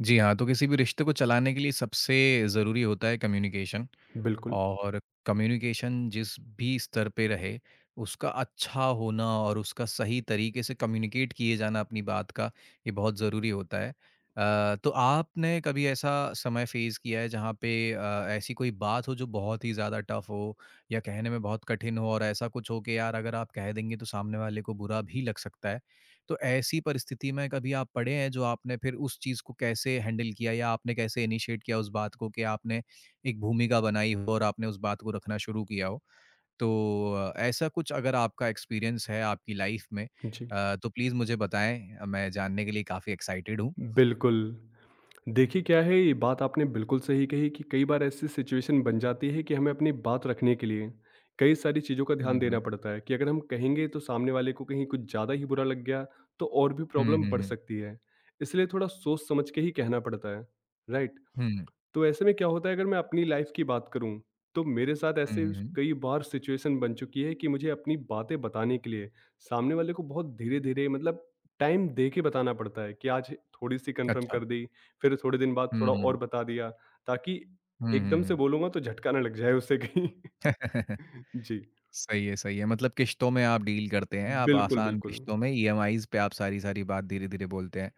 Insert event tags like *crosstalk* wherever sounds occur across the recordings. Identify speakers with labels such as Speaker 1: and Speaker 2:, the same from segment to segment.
Speaker 1: जी हाँ, तो किसी भी रिश्ते को चलाने के लिए सबसे ज़रूरी होता है कम्युनिकेशन।
Speaker 2: बिल्कुल,
Speaker 1: और कम्युनिकेशन जिस भी स्तर पे रहे, उसका अच्छा होना और उसका सही तरीके से कम्युनिकेट किए जाना अपनी बात का, ये बहुत ज़रूरी होता है। तो आपने कभी ऐसा समय फेस किया है जहाँ पे ऐसी कोई बात हो जो बहुत ही ज़्यादा टफ़ हो या कहने में बहुत कठिन हो और ऐसा कुछ हो कि यार अगर आप कह देंगे तो सामने वाले को बुरा भी लग सकता है। तो ऐसी परिस्थिति में कभी आप पड़े हैं जो आपने फिर उस चीज़ को कैसे हैंडल किया या आपने कैसे इनिशिएट किया उस बात को कि आपने एक भूमिका बनाई हो और आपने उस बात को रखना शुरू किया हो। तो ऐसा कुछ अगर आपका एक्सपीरियंस है आपकी लाइफ में
Speaker 2: जी।
Speaker 1: तो प्लीज़ मुझे बताएँ। मैं जानने के लिए काफ़ी एक्साइटेड हूँ।
Speaker 2: बिल्कुल, देखिए क्या है ये बात आपने बिल्कुल सही कही कि कई बार ऐसी सिचुएशन बन जाती है कि हमें अपनी बात रखने के लिए कई सारी चीज़ों का
Speaker 1: हुँ,
Speaker 2: ध्यान
Speaker 1: हुँ।
Speaker 2: देना पड़ता है कि अगर हम कहेंगे तो सामने वाले को कहीं कुछ ज़्यादा ही बुरा लग गया तो और भी
Speaker 1: हुँ,
Speaker 2: प्रॉब्लम
Speaker 1: हुँ,
Speaker 2: बढ़
Speaker 1: हुँ।
Speaker 2: सकती है। इसलिए थोड़ा सोच समझ के ही कहना पड़ता है, राइट?
Speaker 1: हुँ,
Speaker 2: तो ऐसे में क्या होता है अगर मैं अपनी लाइफ की बात करूं तो मेरे साथ
Speaker 1: हुँ,
Speaker 2: ऐसे
Speaker 1: हुँ।
Speaker 2: कई बार सिचुएशन बन चुकी है कि मुझे अपनी बातें बताने के लिए सामने वाले को बहुत धीरे धीरे मतलब टाइम दे के बताना पड़ता है कि आज थोड़ी सी कंफर्म
Speaker 1: अच्छा।
Speaker 2: कर दी, फिर थोड़े दिन बाद
Speaker 1: हुँ,
Speaker 2: थोड़ा और
Speaker 1: हुँ।
Speaker 2: बता दिया, ताकि
Speaker 1: हुँ, हुँ,
Speaker 2: एकदम से
Speaker 1: हुँ।
Speaker 2: बोलूंगा तो झटका ना लग जाए उससे कहीं।
Speaker 1: *laughs*
Speaker 2: *laughs* जी,
Speaker 1: सही है, सही है। मतलब किश्तों में आप डील करते हैं, आप
Speaker 2: बिल्कुल
Speaker 1: आसान
Speaker 2: बिल्कुल।
Speaker 1: किश्तों में ईएमआईज़ पे आप सारी-सारी बात धीरे-धीरे बोलते हैं।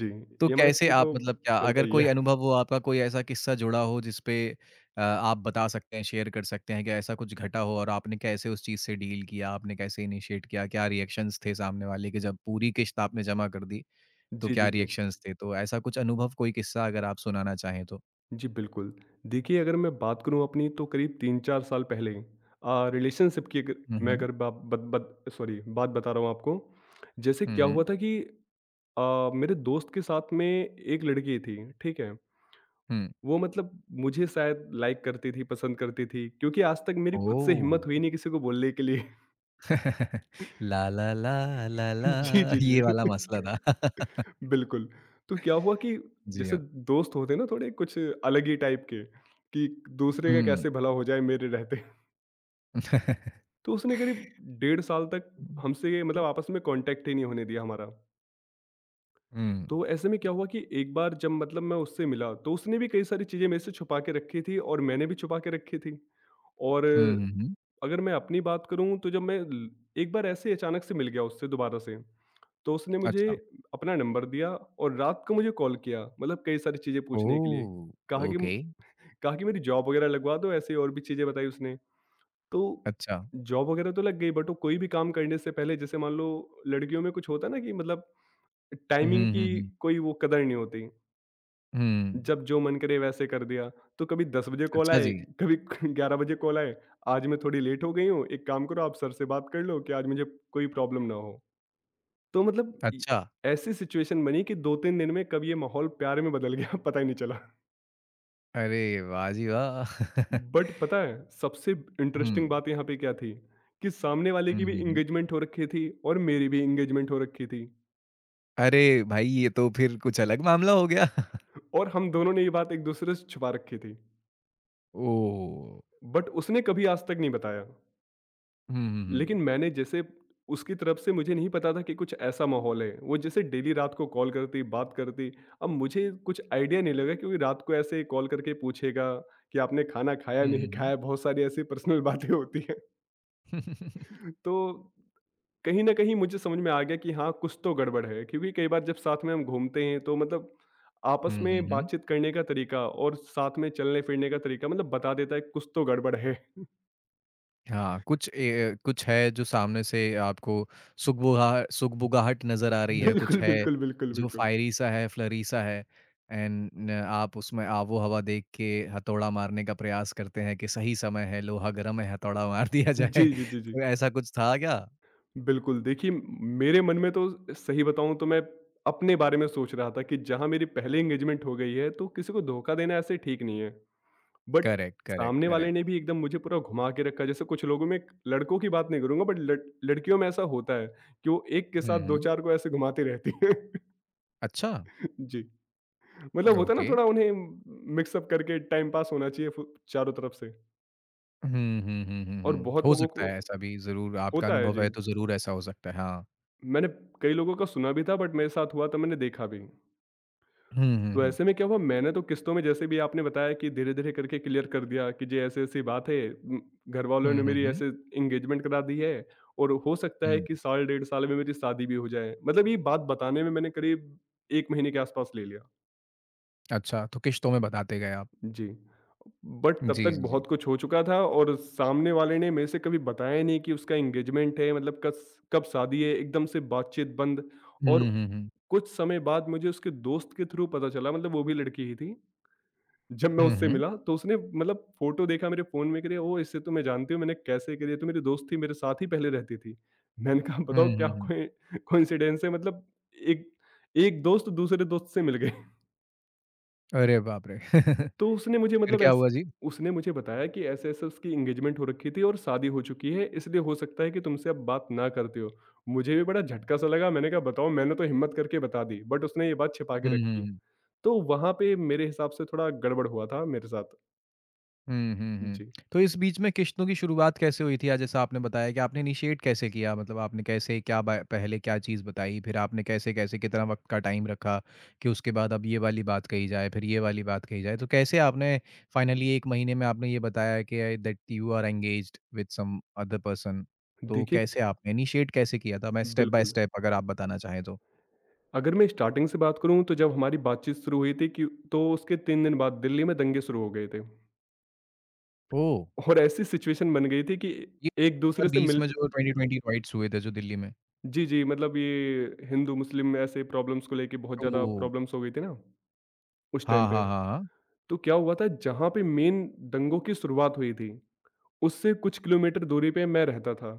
Speaker 2: जी
Speaker 1: तो
Speaker 2: EMI
Speaker 1: कैसे
Speaker 2: पे
Speaker 1: आप
Speaker 2: तो
Speaker 1: मतलब क्या
Speaker 2: चलता
Speaker 1: अगर
Speaker 2: ही
Speaker 1: कोई
Speaker 2: है।
Speaker 1: अनुभव हो आपका कोई ऐसा किस्सा जुड़ा हो जिस पे आप बता सकते हैं, शेयर कर सकते हैं कि ऐसा कुछ घटा हो और आपने कैसे उस चीज़ से डील किया? आपने कैसे इनिशिएट किया? क्या रिएक्शंस थे सामने वाले के जब पूरी किश्त आपने जमा कर दी,
Speaker 2: *laughs*
Speaker 1: तो
Speaker 2: जी,
Speaker 1: क्या
Speaker 2: जी, जी,
Speaker 1: रिएक्शंस थे? तो ऐसा कुछ अनुभव कोई किस्सा अगर आप सुनाना चाहें तो?
Speaker 2: जी, बिल्कुल। देखिए, अगर मैं बात करूँ अपनी तो करीब 3-4 साल पहले रिलेशनशिप की अगर
Speaker 1: हुँ,
Speaker 2: मैं,
Speaker 1: हुँ।
Speaker 2: अगर बा बत बत सॉरी बात बता रहा हूँ आपको। जैसे
Speaker 1: हुँ,
Speaker 2: क्या
Speaker 1: हुँ।
Speaker 2: हुआ था कि मेरे दोस्त के साथ में एक लड़की थी, ठीक है?
Speaker 1: हुँ।
Speaker 2: वो मतलब मुझे शायद लाइक करती थी, पसंद करती थी क्योंकि आज तक मेरी खुद से हिम्मत हुई
Speaker 1: ओह!
Speaker 2: नहीं किसी को बोलने के लिए।
Speaker 1: *laughs* ला, ला, ला, ला,
Speaker 2: *laughs* जी,
Speaker 1: ला
Speaker 2: जी,
Speaker 1: ये
Speaker 2: जी।
Speaker 1: वाला मसला था। *laughs*
Speaker 2: *laughs* बिल्कुल। तो क्या हुआ कि
Speaker 1: जी
Speaker 2: जैसे
Speaker 1: हाँ।
Speaker 2: दोस्त होते हैं ना थोड़े कुछ अलग ही टाइप के कि दूसरे का
Speaker 1: हुँ।
Speaker 2: कैसे भला हो जाए मेरे रहते। तो उसने करीब डेढ़ साल तक
Speaker 1: हुँ।
Speaker 2: हमसे,
Speaker 1: हुँ।
Speaker 2: मतलब आपस में कांटेक्ट ही नहीं होने दिया हमारा। तो ऐसे में क्या हुआ कि एक बार जब मतलब मैं उससे मिला तो उसने भी कई सारी चीज़ें मेरे से छुपा के रखी थी और मैंने भी छुपा के रखी थी। और
Speaker 1: हुँ, हुँ, हुँ।
Speaker 2: अगर मैं अपनी बात करूं तो एक बार ऐसे ही अचानक से मिल गया उससे दोबारा से तो उसने
Speaker 1: *laughs*
Speaker 2: मुझे
Speaker 1: अच्छा।
Speaker 2: अपना नंबर दिया और रात को मुझे कॉल किया मतलब कई सारी चीज़ें पूछने के लिए।
Speaker 1: ओह!
Speaker 2: कहा कि
Speaker 1: ओके।
Speaker 2: कहा कि मेरी जॉब वगैरह लगवा दो, ऐसे और भी चीज़ें बताई उसने। तो
Speaker 1: अच्छा।
Speaker 2: जॉब वगैरह तो लग गई बट वो कोई भी काम करने से पहले, जैसे मान लो लड़कियों में कुछ होता है ना कि मतलब
Speaker 1: हुँ,
Speaker 2: टाइमिंग की
Speaker 1: हुँ, हुँ।
Speaker 2: कोई वो कदर नहीं होती।
Speaker 1: हुँ।
Speaker 2: जब जो मन करे वैसे कर दिया। तो कभी 10 बजे कॉल
Speaker 1: अच्छा
Speaker 2: आए,
Speaker 1: जी।
Speaker 2: कभी *laughs* 11 बजे कॉल आए, आज मैं थोड़ी लेट हो गई हूँ, एक काम करो आप सर से बात कर लो कि आज मुझे कोई प्रॉब्लम ना हो। तो मतलब इ
Speaker 1: अच्छा।
Speaker 2: ऐसी सिचुएशन बनी कि 2-3 दिन में कब ये माहौल प्यार में बदल गया *laughs* पता ही नहीं चला।
Speaker 1: अरे वाह जी वाह! *laughs*
Speaker 2: बट पता है सबसे
Speaker 1: हुँ।
Speaker 2: इंटरेस्टिंग बात यहाँ पे क्या थी कि सामने वाले
Speaker 1: हुँ,
Speaker 2: की भी
Speaker 1: हुँ, हुँ।
Speaker 2: इंगेजमेंट हो रखी थी और मेरी भी इंगेजमेंट हो रखी थी
Speaker 1: अरे भाई ये तो फिर कुछ अलग मामला हो गया। *laughs*
Speaker 2: और हम दोनों ने ये बात एक दूसरे से छुपा रखी थी।
Speaker 1: ओह!
Speaker 2: बट उसने कभी आज तक नहीं बताया,
Speaker 1: हुँ, हुँ,
Speaker 2: लेकिन
Speaker 1: हुँ।
Speaker 2: मैंने जैसे उसकी तरफ से मुझे नहीं पता था कि कुछ ऐसा माहौल है, वो जैसे डेली रात को कॉल करती, बात करती। अब मुझे कुछ आइडिया नहीं लगा क्योंकि रात को ऐसे कॉल करके पूछेगा कि आपने खाना खाया,
Speaker 1: हुँ,
Speaker 2: नहीं
Speaker 1: हुँ, हुँ।
Speaker 2: खाया, बहुत सारी ऐसी पर्सनल *laughs* बातें होती हैं।
Speaker 1: *laughs*
Speaker 2: *laughs* तो कहीं न कहीं मुझे समझ में आ गया कि हाँ, कुछ तो गड़बड़ है, क्योंकि कई बार जब साथ में हम घूमते हैं तो मतलब आपस
Speaker 1: हुँ, हुँ,
Speaker 2: में
Speaker 1: हुँ।
Speaker 2: बातचीत
Speaker 1: *laughs*
Speaker 2: करने का तरीका और साथ में चलने-फिरने का तरीका मतलब बता देता है कि कुछ तो गड़बड़ है।
Speaker 1: हाँ, कुछ है जो सामने से आपको सुगबुगाहट नज़र आ रही
Speaker 2: *laughs*
Speaker 1: है, कुछ
Speaker 2: बिल्कुल,
Speaker 1: है
Speaker 2: बिल्कुल, बिल्कुल,
Speaker 1: जो
Speaker 2: बिल्कुल।
Speaker 1: फायरी सा है, फ्लरी सा है एंड आप उसमें आबो-हवा देख के हथौड़ा मारने का प्रयास करते हैं कि सही समय है, लोहा गर्म है, हथौड़ा मार दिया जाए।
Speaker 2: जी,
Speaker 1: *laughs*
Speaker 2: जी, जी, जी।
Speaker 1: तो ऐसा कुछ था क्या?
Speaker 2: बिल्कुल, देखिए, मेरे मन में तो सही बताऊँ तो मैं अपने बारे में सोच रहा था कि जहाँ मेरी पहले एंगेजमेंट हो गई है तो किसी को धोखा देना ऐसे ठीक नहीं है। बट
Speaker 1: करेक्ट, करेक्ट,
Speaker 2: सामने वाले
Speaker 1: करेक्ट।
Speaker 2: ने भी एकदम मुझे पूरा घुमा के रखा, जैसे कुछ लोगों में, लड़कों की बात नहीं करूंगा बट लड़कियों में ऐसा होता है कि वो एक के
Speaker 1: हुँ,
Speaker 2: साथ दो
Speaker 1: हुँ।
Speaker 2: चार को ऐसे घुमाती रहती है। *laughs*
Speaker 1: अच्छा,
Speaker 2: जी, मतलब होता है ना
Speaker 1: ओके।
Speaker 2: थोड़ा उन्हें मिक्सअप करके टाइम पास होना चाहिए चारों तरफ से।
Speaker 1: हुँ, हुँ, हुँ, हुँ,
Speaker 2: और
Speaker 1: हुँ।
Speaker 2: बहुत
Speaker 1: हो
Speaker 2: लोगों
Speaker 1: सकता
Speaker 2: को
Speaker 1: है ऐसा भी ज़रूर आपका
Speaker 2: होता है
Speaker 1: अनुभव
Speaker 2: जी,
Speaker 1: है तो ज़रूर ऐसा हो सकता है, हाँ।
Speaker 2: मैंने कई लोगों का सुना भी था बट मेरे साथ हुआ था, मैंने देखा भी।
Speaker 1: हुँ, हुँ,
Speaker 2: तो
Speaker 1: हुँ।
Speaker 2: ऐसे में क्या हुआ मैंने तो किस्तों में, जैसे भी आपने बताया कि धीरे-धीरे करके क्लियर कर दिया कि जी ऐसी-ऐसी बात है, घर वालों
Speaker 1: हुँ,
Speaker 2: ने
Speaker 1: हुँ,
Speaker 2: मेरी
Speaker 1: हुँ।
Speaker 2: ऐसे एंगेजमेंट करा दी है और हो सकता है
Speaker 1: हुँ।
Speaker 2: कि साल डेढ़ साल में मेरी शादी भी हो जाए। मतलब ये बात बताने में मैंने करीब 1 महीने के आसपास ले लिया।
Speaker 1: अच्छा, तो किश्तों में बताते गए आप।
Speaker 2: जी। बट तब
Speaker 1: जी,
Speaker 2: तक
Speaker 1: जी, जी।
Speaker 2: बहुत कुछ हो चुका था और सामने वाले ने मेरे से कभी बताया नहीं कि उसका एंगेजमेंट है, मतलब कस कब शादी है। एकदम से बातचीत बंद।
Speaker 1: हुँ,
Speaker 2: और
Speaker 1: हुँ, हुँ।
Speaker 2: कुछ समय बाद मुझे उसके दोस्त के थ्रू पता चला, मतलब वो भी लड़की ही थी। जब मैं
Speaker 1: हुँ,
Speaker 2: उससे
Speaker 1: हुँ।
Speaker 2: मिला तो उसने मतलब फ़ोटो देखा मेरे फ़ोन में, कह रही है, ओह! इसे तो मैं जानती हूँ, मैंने कैसे, कह रही है तो मेरी दोस्त थी मेरे साथ ही पहले रहती थी। मैंने कहा
Speaker 1: हुँ,
Speaker 2: बताओ क्या
Speaker 1: हुँ, हुँ।
Speaker 2: कोई कोइंसिडेंस है, मतलब एक एक दोस्त दूसरे दोस्त से मिल गए।
Speaker 1: अरे बाप रे! *laughs*
Speaker 2: *laughs* तो
Speaker 1: फिर
Speaker 2: उसने मुझे मतलब
Speaker 1: क्या
Speaker 2: ऐस
Speaker 1: हुआ जी?
Speaker 2: उसने मुझे बताया कि ऐसे-ऐसे उसकी एंगेजमेंट हो रखी थी और शादी हो चुकी है, इसलिए हो सकता है कि तुमसे अब बात ना करते हो। मुझे भी बड़ा झटका सा लगा, मैंने कहा बताओ, मैंने तो हिम्मत करके बता दी बट उसने ये बात छिपा के
Speaker 1: हुँ, हुँ,
Speaker 2: रखी।
Speaker 1: हुँ।
Speaker 2: तो वहाँ पे मेरे हिसाब से थोड़ा गड़बड़ हुआ था मेरे साथ।
Speaker 1: हुँ, हुँ, हुँ।
Speaker 2: जी।
Speaker 1: तो इस बीच में किश्तों की शुरुआत कैसे हुई थी? या जैसा आपने बताया कि आपने इनिशिएट कैसे किया? मतलब आपने कैसे क्या ब पहले क्या चीज़ बताई? फिर आपने कैसे-कैसे कितना वक़्त का टाइम रखा कि उसके बाद अब ये वाली बात कही जाए, फिर ये वाली बात कही जाए? तो कैसे आपने फाइनली 1 महीने में आपने ये बताया कि that you are engaged with some other person? तो
Speaker 2: देखिए
Speaker 1: कैसे आपने इनिशिएट कैसे किया था? मैं स्टेप बाय
Speaker 2: बिल्कुल।
Speaker 1: स्टेप अगर आप बताना चाहें तो।
Speaker 2: अगर मैं स्टार्टिंग से बात करूँ तो जब हमारी बातचीत शुरू हुई थी कि, तो उसके 3 दिन बाद दिल्ली में दंगे शुरू हो गए थे
Speaker 1: ओह!
Speaker 2: और ऐसी सिचुएशन बन गई थी कि
Speaker 1: ये
Speaker 2: एक दूसरे से
Speaker 1: 2020
Speaker 2: मिल,
Speaker 1: में जो 2020 राइट्स हुए थे जो दिल्ली में।
Speaker 2: जी, जी, मतलब ये हिंदू-मुस्लिम ऐसे प्रॉब्लम्स को लेके बहुत ज़्यादा
Speaker 1: ओह!
Speaker 2: प्रॉब्लम्स हो गई थी ना, उस
Speaker 1: हाँ,
Speaker 2: टाइम पे।
Speaker 1: हाँ, हाँ, हाँ।
Speaker 2: तो क्या हुआ था, जहाँ पे मेन दंगों की शुरुआत हुई थी, उससे कुछ किलोमीटर दूरी पे मैं रहता था।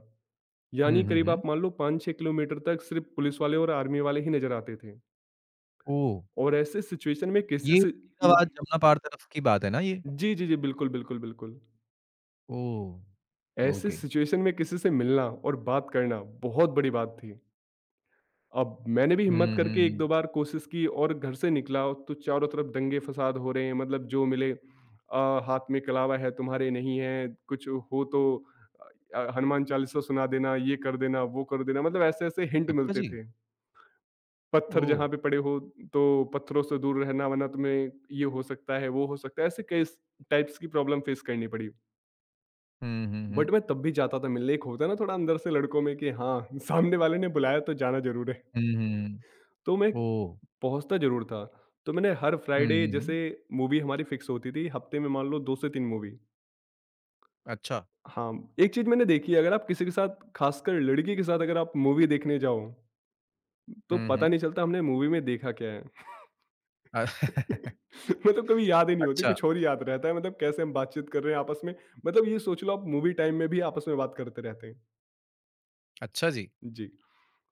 Speaker 1: हुँ,
Speaker 2: यानी
Speaker 1: हुँ,
Speaker 2: करीब
Speaker 1: हुँ।
Speaker 2: आप मान लो 5-6 किलोमीटर तक सिर्फ़ पुलिस वाले और आर्मी वाले ही नज़र आते थे,
Speaker 1: ओह!
Speaker 2: और ऐसे सिचुएशन में किसी
Speaker 1: ये
Speaker 2: से,
Speaker 1: फरीदाबाद जमुना पार तरफ की बात है ना ये?
Speaker 2: जी, जी, जी। बिल्कुल, बिल्कुल, बिल्कुल।
Speaker 1: ओह!
Speaker 2: ऐसे
Speaker 1: ओके।
Speaker 2: सिचुएशन में किसी से मिलना और बात करना बहुत बड़ी बात थी। अब मैंने भी
Speaker 1: हुँ,
Speaker 2: हिम्मत
Speaker 1: हुँ,
Speaker 2: करके
Speaker 1: हुँ।
Speaker 2: 1-2 बार कोशिश की और घर से निकला तो चारों तरफ दंगे-फ़साद हो रहे हैं, मतलब जो मिले, हाथ में कलावा है तुम्हारे, नहीं है, कुछ हो तो हनुमान चालीसा सुना देना, ये कर देना, वो कर देना, मतलब ऐसे-ऐसे हिंट
Speaker 1: अच्छा
Speaker 2: मिलते
Speaker 1: जी।
Speaker 2: थे। पत्थर
Speaker 1: ओह!
Speaker 2: जहाँ पे पड़े हो तो पत्थरों से दूर रहना, वरना तुम्हें ये हो सकता है, वो हो सकता है, ऐसे कई स टाइप्स की प्रॉब्लम फ़ेस करनी पड़ी।
Speaker 1: हुँ, हुँ,
Speaker 2: बट
Speaker 1: हुँ।
Speaker 2: मैं तब भी जाता था मिलने, एक होता है ना थोड़ा अंदर से लड़कों में कि हाँ, *laughs* सामने वाले ने बुलाया तो जाना ज़रूर है।
Speaker 1: हुँ, हुँ,
Speaker 2: तो मैं
Speaker 1: हुँ। ओह!
Speaker 2: पहुँचता ज़रूर था। तो मैंने हर
Speaker 1: हुँ,
Speaker 2: फ्राइडे
Speaker 1: हुँ, हुँ।
Speaker 2: जैसे मूवी हमारी फिक्स होती थी, हफ्ते में मान लो 2 से 3 मूवी।
Speaker 1: अच्छा।
Speaker 2: हाँ, एक चीज़ मैंने देखी है, अगर आप किसी के साथ, खासकर लड़की के साथ अगर आप मूवी देखने जाओ, तो
Speaker 1: हुँ,
Speaker 2: पता
Speaker 1: हुँ।
Speaker 2: नहीं चलता हमने मूवी में देखा क्या है।
Speaker 1: अ,
Speaker 2: *laughs*
Speaker 1: *laughs*
Speaker 2: मतलब कभी याद ही नहीं होती,
Speaker 1: अच्छा,
Speaker 2: कुछ और ही याद रहता है, मतलब कैसे हम बातचीत कर रहे हैं आपस में। मतलब ये सोच लो आप मूवी टाइम में भी आपस में बात करते रहते हैं।
Speaker 1: अच्छा जी।
Speaker 2: जी।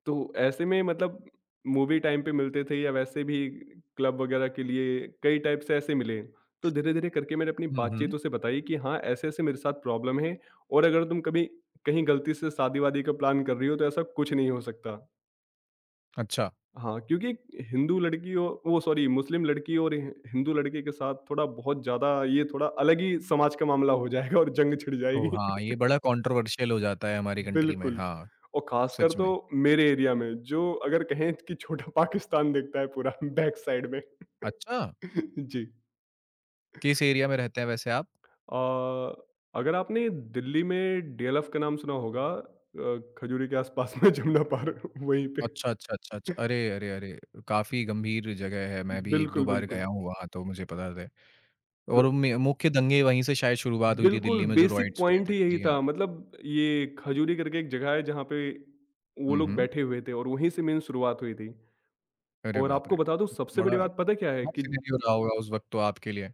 Speaker 2: तो ऐसे में मतलब मूवी टाइम पे मिलते थे या वैसे भी क्लब वगैरह के लिए कई टाइप से ऐसे मिले। तो धीरे-धीरे करके मैंने अपनी
Speaker 1: हुँ, हुँ।
Speaker 2: बातचीत उसे बताई कि हाँ, ऐसे-ऐसे मेरे साथ प्रॉब्लम है और अगर तुम कभी कहीं गलती से शादी-वादी का प्लान कर रही हो तो ऐसा कुछ नहीं हो सकता।
Speaker 1: अच्छा।
Speaker 2: हाँ, क्योंकि एक हिंदू लड़की, और वो सॉरी मुस्लिम लड़की और हि हिंदू लड़के के साथ थोड़ा बहुत ज़्यादा ये, थोड़ा अलग ही समाज का मामला हो जाएगा और जंग छिड़
Speaker 1: ओह!
Speaker 2: जाएगी।
Speaker 1: हाँ, ये बड़ा कॉन्ट्रोवर्शियल हो जाता है हमारी कंट्री में।
Speaker 2: बिल्कुल,
Speaker 1: हाँ,
Speaker 2: और ख़ासकर
Speaker 1: सच
Speaker 2: तो
Speaker 1: में।
Speaker 2: मेरे एरिया में जो, अगर कहें कि छोटा *laughs* पाकिस्तान दिखता है पूरा *laughs* बैक साइड में।
Speaker 1: अच्छा,
Speaker 2: *laughs* जी।
Speaker 1: किस एरिया में रहते हैं वैसे आप?
Speaker 2: अ, अगर आपने दिल्ली में डीएलएफ का नाम सुना होगा, खजूरी के आस-पास में, जमुना पार *laughs* वहीं पे।
Speaker 1: अच्छा, अच्छा, अच्छा, अच्छा। अरे, अरे, अरे! काफ़ी गंभीर जगह है, मैं भी 1-2
Speaker 2: बिल्कुल,
Speaker 1: बार गया
Speaker 2: बिल्कुल।
Speaker 1: हूँ वहाँ तो मुझे पता है
Speaker 2: तो
Speaker 1: और मे मुख्य दंगे वहीं से शायद शुरुआत हुई थी
Speaker 2: बिल्कुल
Speaker 1: दिल्ली में जो
Speaker 2: बेसिक
Speaker 1: रॉयट्स हुए
Speaker 2: पॉइंट
Speaker 1: थे।
Speaker 2: ही यही
Speaker 1: जी हाँ।
Speaker 2: था, मतलब ये खजूरी करके एक जगह है जहाँ पे वो
Speaker 1: हुँ,
Speaker 2: लोग
Speaker 1: हुँ।
Speaker 2: बैठे हुए थे और वहीं से मेन शुरुआत हुई थी।
Speaker 1: अरे
Speaker 2: और
Speaker 1: बाप रे!
Speaker 2: आपको बता दूँ सबसे
Speaker 1: बड़ा
Speaker 2: बड़ी बात पता क्या है
Speaker 1: खतरनाक
Speaker 2: कि
Speaker 1: सिनेरियो रहा होगा उस वक़्त तो आपके लिए।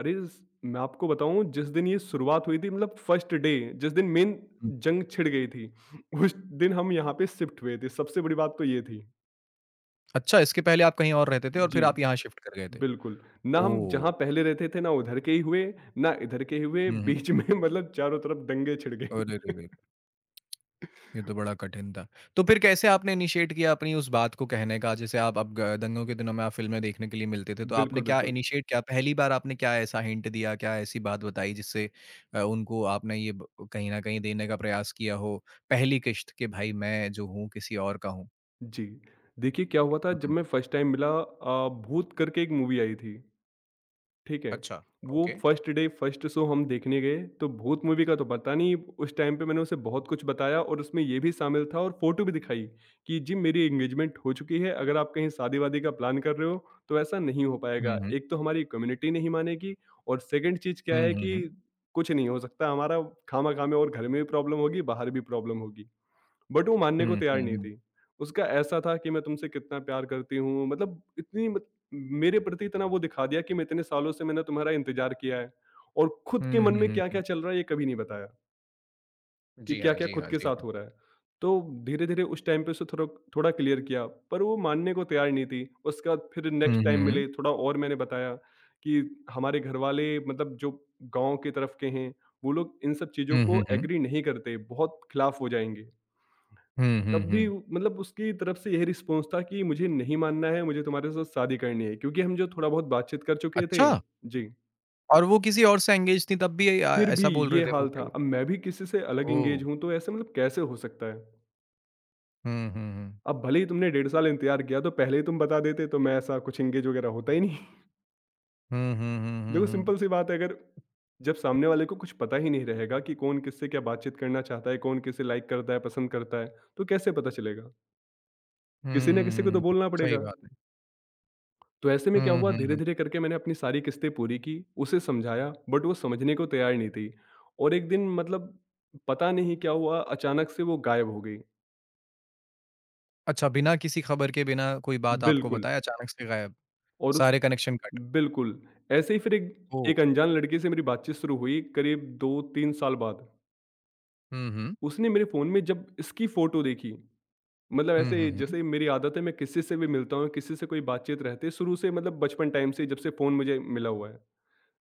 Speaker 2: अरे! स मैं आपको बताऊँ जिस दिन ये शुरुआत हुई थी मतलब फर्स्ट डे, जिस दिन मेन
Speaker 1: हुँ।
Speaker 2: जंग छिड़ गई थी, *laughs* उस दिन हम यहाँ पे शिफ्ट हुए थे। सबसे बड़ी बात तो ये थी।
Speaker 1: अच्छा इसके पहले आप कहीं और रहते थे और
Speaker 2: जी,
Speaker 1: फिर आप यहाँ शिफ्ट कर गए थे।
Speaker 2: बिल्कुल। ना हम
Speaker 1: ओह!
Speaker 2: जहाँ पहले रहते थे ना उधर के ही हुए, ना इधर के ही हुए,
Speaker 1: हुँ, हुँ।
Speaker 2: बीच में *laughs* मतलब चारों तरफ दंगे छिड़
Speaker 1: अरे
Speaker 2: गए।
Speaker 1: रे रे! ये तो बड़ा कठिन था। तो फिर कैसे आपने इनिशिएट किया अपनी उस बात को कहने का? जैसे आप अब ग दंगों के दिनों में आप फ़िल्में देखने के लिए मिलते थे, तो आपने
Speaker 2: बिल्कुल,
Speaker 1: क्या
Speaker 2: बिल्कुल।
Speaker 1: इनिशिएट क्या पहली बार आपने क्या ऐसा हिंट दिया, क्या ऐसी बात बताई जिससे उनको आपने ये ब कहीं न कहीं देने का प्रयास किया हो, पहली किश्त कि भाई मैं जो हूँ किसी और का हूँ?
Speaker 2: जी, देखिए क्या हुआ था
Speaker 1: हुँ,
Speaker 2: जब
Speaker 1: हुँ।
Speaker 2: मैं फर्स्ट टाइम मिला, भूत करके एक मूवी आई थी। ठीक है।
Speaker 1: अच्छा,
Speaker 2: वो
Speaker 1: okay.
Speaker 2: First day first show हम देखने गए, तो भूत मूवी का तो पता नहीं, उस टाइम पे मैंने उसे बहुत कुछ बताया और उसमें ये भी शामिल था और फ़ोटो भी दिखाई कि जी, मेरी एंगेजमेंट हो चुकी है, अगर आप कहीं शादी-वादी का प्लान कर रहे हो, तो ऐसा नहीं हो
Speaker 1: हुँ,
Speaker 2: पाएगा।
Speaker 1: हुँ।
Speaker 2: एक तो हमारी कम्युनिटी नहीं मानेगी और सेकंड चीज़ क्या
Speaker 1: हुँ,
Speaker 2: है
Speaker 1: हुँ,
Speaker 2: कि
Speaker 1: हुँ।
Speaker 2: कुछ नहीं हो सकता हमारा, खामा-खा में, और घर में भी प्रॉब्लम होगी, बाहर भी प्रॉब्लम होगी। बट वो मानने को
Speaker 1: हुँ,
Speaker 2: तैयार
Speaker 1: हुँ,
Speaker 2: नहीं
Speaker 1: हुँ।
Speaker 2: थी। उसका ऐसा था कि मैं तुमसे कितना प्यार करती हूँ, मतलब इतनी मत मेरे प्रति इतना वो दिखा दिया कि मैं इतने सालों से, मैंने तुम्हारा इंतज़ार किया है, और खुद के
Speaker 1: हुँ,
Speaker 2: मन
Speaker 1: हुँ,
Speaker 2: में
Speaker 1: हुँ, हुँ।
Speaker 2: क्या-क्या चल रहा है ये कभी नहीं बताया, कि
Speaker 1: जी हाँ,
Speaker 2: क्या-क्या
Speaker 1: जी
Speaker 2: खुद
Speaker 1: हाँ,
Speaker 2: के
Speaker 1: जी
Speaker 2: साथ
Speaker 1: हाँ।
Speaker 2: हो रहा है। तो धीरे-धीरे उस टाइम पे उसे थोड़ा थोड़ा क्लियर किया, पर वो मानने को तैयार नहीं थी। उसके बाद फिर नेक्स्ट
Speaker 1: हुँ,
Speaker 2: टाइम
Speaker 1: हुँ, हुँ।
Speaker 2: मिले, थोड़ा और मैंने बताया कि हमारे घरवाले, मतलब जो गाँव की तरफ के हैं, वो लोग इन सब चीज़ों
Speaker 1: हुँ, हुँ,
Speaker 2: को
Speaker 1: हुँ।
Speaker 2: एग्री नहीं करते, बहुत खिलाफ हो जाएँगे।
Speaker 1: हुँ, हुँ,
Speaker 2: तब भी
Speaker 1: हुँ।
Speaker 2: मतलब उसकी तरफ से यही रिस्पॉन्स था कि मुझे नहीं मानना है, मुझे तुम्हारे साथ शादी करनी है, क्योंकि हम जो थोड़ा बहुत बातचीत कर चुके थे।
Speaker 1: अच्छा!
Speaker 2: जी,
Speaker 1: और वो किसी और से एंगेज थी तब भी
Speaker 2: फिर
Speaker 1: ऐसा
Speaker 2: भी
Speaker 1: बोल रहे
Speaker 2: ये
Speaker 1: थे वो
Speaker 2: हाल था।
Speaker 1: कि
Speaker 2: अब मैं भी किसी से अलग
Speaker 1: ओह!
Speaker 2: एंगेज हूँ, तो ऐसे मतलब कैसे हो सकता है?
Speaker 1: हुँ, हुँ, हुँ।
Speaker 2: अब भले ही तुमने 1.5 साल इंतज़ार किया, तो पहले ही तुम बता देते तो मैं ऐसा कुछ एंगेज वगैरह होता ही नहीं।
Speaker 1: हुँ, हुँ, हुँ,
Speaker 2: *laughs*
Speaker 1: हुँ,
Speaker 2: देखो
Speaker 1: हुँ।
Speaker 2: सिंपल सी बात है, अगर जब सामने वाले को कुछ पता ही नहीं रहेगा कि कौन किससे क्या बातचीत करना चाहता है, कौन किसे लाइक करता है, पसंद करता है, तो कैसे पता चलेगा?
Speaker 1: हुँ,
Speaker 2: किसी ना किसी
Speaker 1: हुँ,
Speaker 2: को
Speaker 1: हुँ,
Speaker 2: तो
Speaker 1: हुँ।
Speaker 2: बोलना
Speaker 1: सही
Speaker 2: पड़ेगा।
Speaker 1: बात है।
Speaker 2: तो ऐसे में क्या
Speaker 1: हुँ,
Speaker 2: हुआ,
Speaker 1: हुँ, हुँ।
Speaker 2: धीरे-धीरे करके मैंने अपनी सारी किस्तें पूरी की, उसे समझाया, बट वो समझने को तैयार नहीं थी, और एक दिन मतलब पता नहीं क्या हुआ, अचानक से वो गायब हो गई।
Speaker 1: अच्छा बिना किसी खबर के, बिना कोई बात आपको
Speaker 2: बिल्कुल।
Speaker 1: बताए अचानक से गायब,
Speaker 2: और उस
Speaker 1: सारे कनेक्शन कट।
Speaker 2: बिल्कुल, ऐसे ही फिर एक
Speaker 1: ओह!
Speaker 2: एक अनजान लड़के से मेरी बातचीत शुरू हुई, करीब 2-3 साल बाद।
Speaker 1: हुँ, हुँ।
Speaker 2: उसने मेरे फ़ोन में जब इसकी फ़ोटो देखी, मतलब
Speaker 1: हुँ, हुँ,
Speaker 2: ऐसे,
Speaker 1: हुँ।
Speaker 2: जैसे मेरी आदत है, मैं किसी से भी मिलता हूँ, किसी से कोई बातचीत रहती है शुरू से, मतलब बचपन टाइम से, जब से फ़ोन मुझे मिला हुआ है।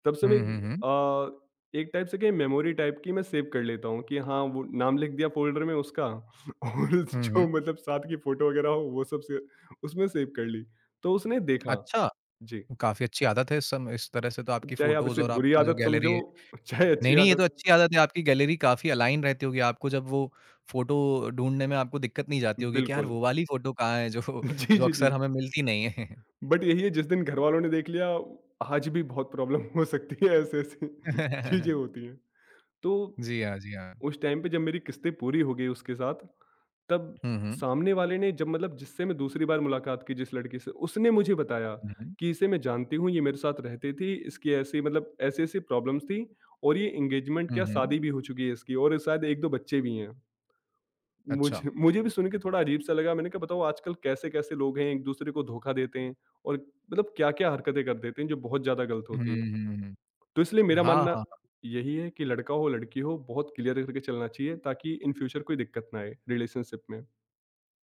Speaker 2: तब से मैं
Speaker 1: हुँ, हुँ, हुँ।
Speaker 2: अ, एक टाइप से क्या, मेमोरी टाइप की मैं सेव कर लेता हूँ कि हाँ, वो नाम लिख दिया फ़ोल्डर में उसका, *laughs* और
Speaker 1: हुँ, हुँ।
Speaker 2: जो मतलब साथ की फ़ोटो वगैरह हो वो सब से उसमें सेव कर ली। तो उसने देखा।
Speaker 1: अच्छा,
Speaker 2: जी,
Speaker 1: काफ़ी अच्छी आदत है इस तरह से तो
Speaker 2: अब
Speaker 1: आपकी
Speaker 2: चाहे आप
Speaker 1: फ़ोटोज़
Speaker 2: इसे
Speaker 1: और
Speaker 2: बुरी
Speaker 1: आपका जो
Speaker 2: आदत
Speaker 1: गैलरी
Speaker 2: समझो,
Speaker 1: है
Speaker 2: चाहे
Speaker 1: नहीं,
Speaker 2: अच्छी
Speaker 1: नहीं, ये तो
Speaker 2: आदत।
Speaker 1: अच्छी आदत है आपकी गैलरी काफ़ी अलाइन रहती होगी, आपको जब वो फ़ोटो ढूँढने में आपको दिक्कत नहीं जाती होगी कि यार
Speaker 2: बिल्कुल।
Speaker 1: वो वाली फ़ोटो कहाँ है जो
Speaker 2: *laughs* जी,
Speaker 1: जो
Speaker 2: जी, जी।
Speaker 1: अक्सर हमें मिलती नहीं है।
Speaker 2: बट यही है, जिस दिन घरवालों ने देख लिया, आज भी बहुत प्रॉब्लम हो सकती है, ऐसी-ऐसी चीज़ें *laughs*
Speaker 1: *laughs*
Speaker 2: होती हैं। तो
Speaker 1: जी हाँ, जी हाँ।
Speaker 2: उस टाइम पे जब मेरी किस्तें पूरी हो गई उसके साथ, तब
Speaker 1: हुँ, हुँ।
Speaker 2: सामने वाले ने, जब मतलब जिससे मैं दूसरी बार मुलाकात की, जिस लड़की से, उसने मुझे बताया
Speaker 1: हुँ, हुँ।
Speaker 2: कि इसे मैं जानती हूँ, ये मेरे साथ रहती थी, इसकी ऐसी, मतलब ऐसी-ऐसी प्रॉब्लम्स थी, और ये एंगेजमेंट
Speaker 1: हुँ,
Speaker 2: क्या,
Speaker 1: हुँ।
Speaker 2: शादी भी हो चुकी है इसकी, और शायद 1-2 बच्चे भी हैं।
Speaker 1: अच्छा।
Speaker 2: मुझे मुझे भी सुन के थोड़ा अजीब-सा लगा, मैंने कहा बताओ आजकल कैसे-कैसे लोग हैं, एक-दूसरे को धोखा देते हैं, और मतलब क्या-क्या हरकतें कर देते हैं, जो बहुत ज़्यादा गलत
Speaker 1: हुँ,
Speaker 2: होती है।
Speaker 1: हुँ, हुँ।
Speaker 2: तो इसलिए मेरा
Speaker 1: हाँ,
Speaker 2: मानना
Speaker 1: हाँ।
Speaker 2: यही है कि लड़का हो, लड़की हो, बहुत क्लियर करके चलना चाहिए, ताकि इन फ्यूचर कोई दिक्कत ना आए रिलेशनशिप में।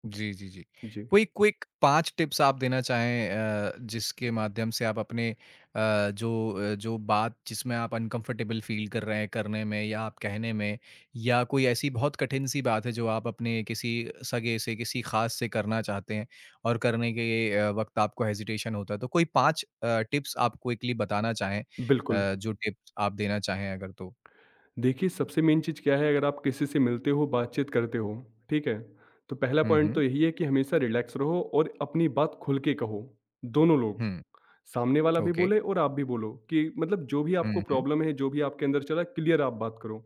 Speaker 1: जी, जी, जी।
Speaker 2: जी,
Speaker 1: कोई क्विक 5 टिप्स आप देना चाहें जिसके माध्यम से आप अपने जो जो बात जिसमें आप अनकम्फ़र्टेबल फ़ील कर रहे हैं करने में या आप कहने में या कोई ऐसी बहुत कठिन-सी बात है जो आप अपने किसी सगे से, किसी ख़ास से करना चाहते हैं और करने के वक़्त आपको हेज़िटेशन होता है। तो कोई 5 टिप्स आप क्विकली बताना चाहें
Speaker 2: बिल्कुल।
Speaker 1: जो टिप्स आप देना चाहें अगर तो?
Speaker 2: देखिए, सबसे मेन चीज़ क्या है, अगर आप किसी से मिलते हो, बातचीत करते हो, ठीक है? तो पहला
Speaker 1: हुँ,
Speaker 2: पॉइंट
Speaker 1: हुँ।
Speaker 2: तो यही है कि हमेशा रिलैक्स रहो और अपनी बात खुल के कहो, दोनों लोग।
Speaker 1: हुँ,
Speaker 2: सामने वाला भी
Speaker 1: ओके।
Speaker 2: बोले और आप भी बोलो कि मतलब जो भी
Speaker 1: हुँ,
Speaker 2: आपको
Speaker 1: हुँ।
Speaker 2: प्रॉब्लम है, जो भी आपके अंदर चल रहा है, क्लियर आप बात करो।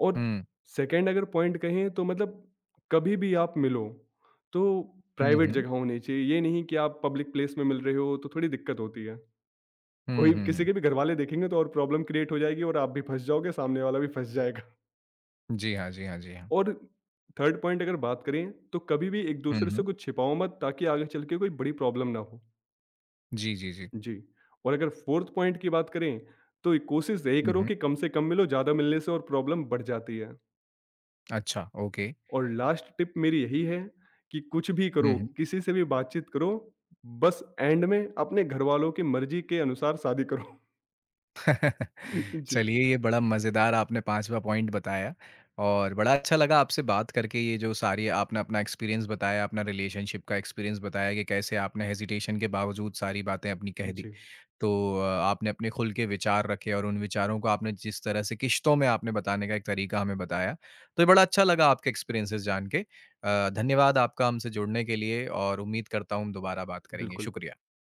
Speaker 2: और
Speaker 1: हुँ।
Speaker 2: सेकंड अगर पॉइंट कहें, तो मतलब कभी भी आप मिलो तो
Speaker 1: हुँ,
Speaker 2: प्राइवेट
Speaker 1: हुँ।
Speaker 2: जगह होनी चाहिए। ये नहीं कि आप पब्लिक प्लेस में मिल रहे हो, तो थोड़ी दिक्कत होती है,
Speaker 1: हुँ,
Speaker 2: कोई
Speaker 1: हुँ,
Speaker 2: किसी
Speaker 1: हुँ।
Speaker 2: के भी घर वाले देखेंगे तो और प्रॉब्लम क्रिएट हो जाएगी, और आप भी फंस जाओगे, सामने वाला भी फंस जाएगा।
Speaker 1: जी हाँ, जी हाँ, जी हाँ।
Speaker 2: और थर्ड पॉइंट अगर बात करें, तो कभी भी एक
Speaker 1: हुँ,
Speaker 2: दूसरे से
Speaker 1: हुँ।
Speaker 2: कुछ छिपाओ मत, ताकि आगे चल के कोई बड़ी प्रॉब्लम ना हो।
Speaker 1: जी, जी, जी।
Speaker 2: जी। और अगर फोर्थ पॉइंट की बात करें, तो कोशिश यही
Speaker 1: हुँ,
Speaker 2: करो
Speaker 1: हुँ।
Speaker 2: कि कम से कम मिलो, ज़्यादा मिलने से और प्रॉब्लम बढ़ जाती है।
Speaker 1: अच्छा, ओके।
Speaker 2: और लास्ट टिप मेरी यही है कि कुछ भी
Speaker 1: हुँ,
Speaker 2: करो,
Speaker 1: हुँ।
Speaker 2: किसी से भी बातचीत करो, बस एंड में अपने घरवालों की मर्ज़ी के अनुसार शादी करो।
Speaker 1: *laughs*
Speaker 2: *laughs* जी,
Speaker 1: चलिए, ये बड़ा मज़ेदार आपने 5वां पॉइंट बताया और बड़ा अच्छा लगा आपसे बात करके। ये जो सारी आपने अपना एक्सपीरियंस बताया, अपना रिलेशनशिप का एक्सपीरियंस बताया कि कैसे आपने हेजिटेशन के बावजूद सारी बातें अपनी कह दी।
Speaker 2: जी,
Speaker 1: तो आपने अपने खुल के विचार रखे और उन विचारों को आपने जिस तरह से किश्तों में आपने बताने का एक तरीका हमें बताया। तो ये बड़ा अच्छा लगा आपके एक्सपीरियंसेस जान के। धन्यवाद आपका हमसे जुड़ने के लिए और उम्मीद करता हूँ हम दोबारा बात करेंगे।
Speaker 2: बिल्कुल।
Speaker 1: शुक्रिया।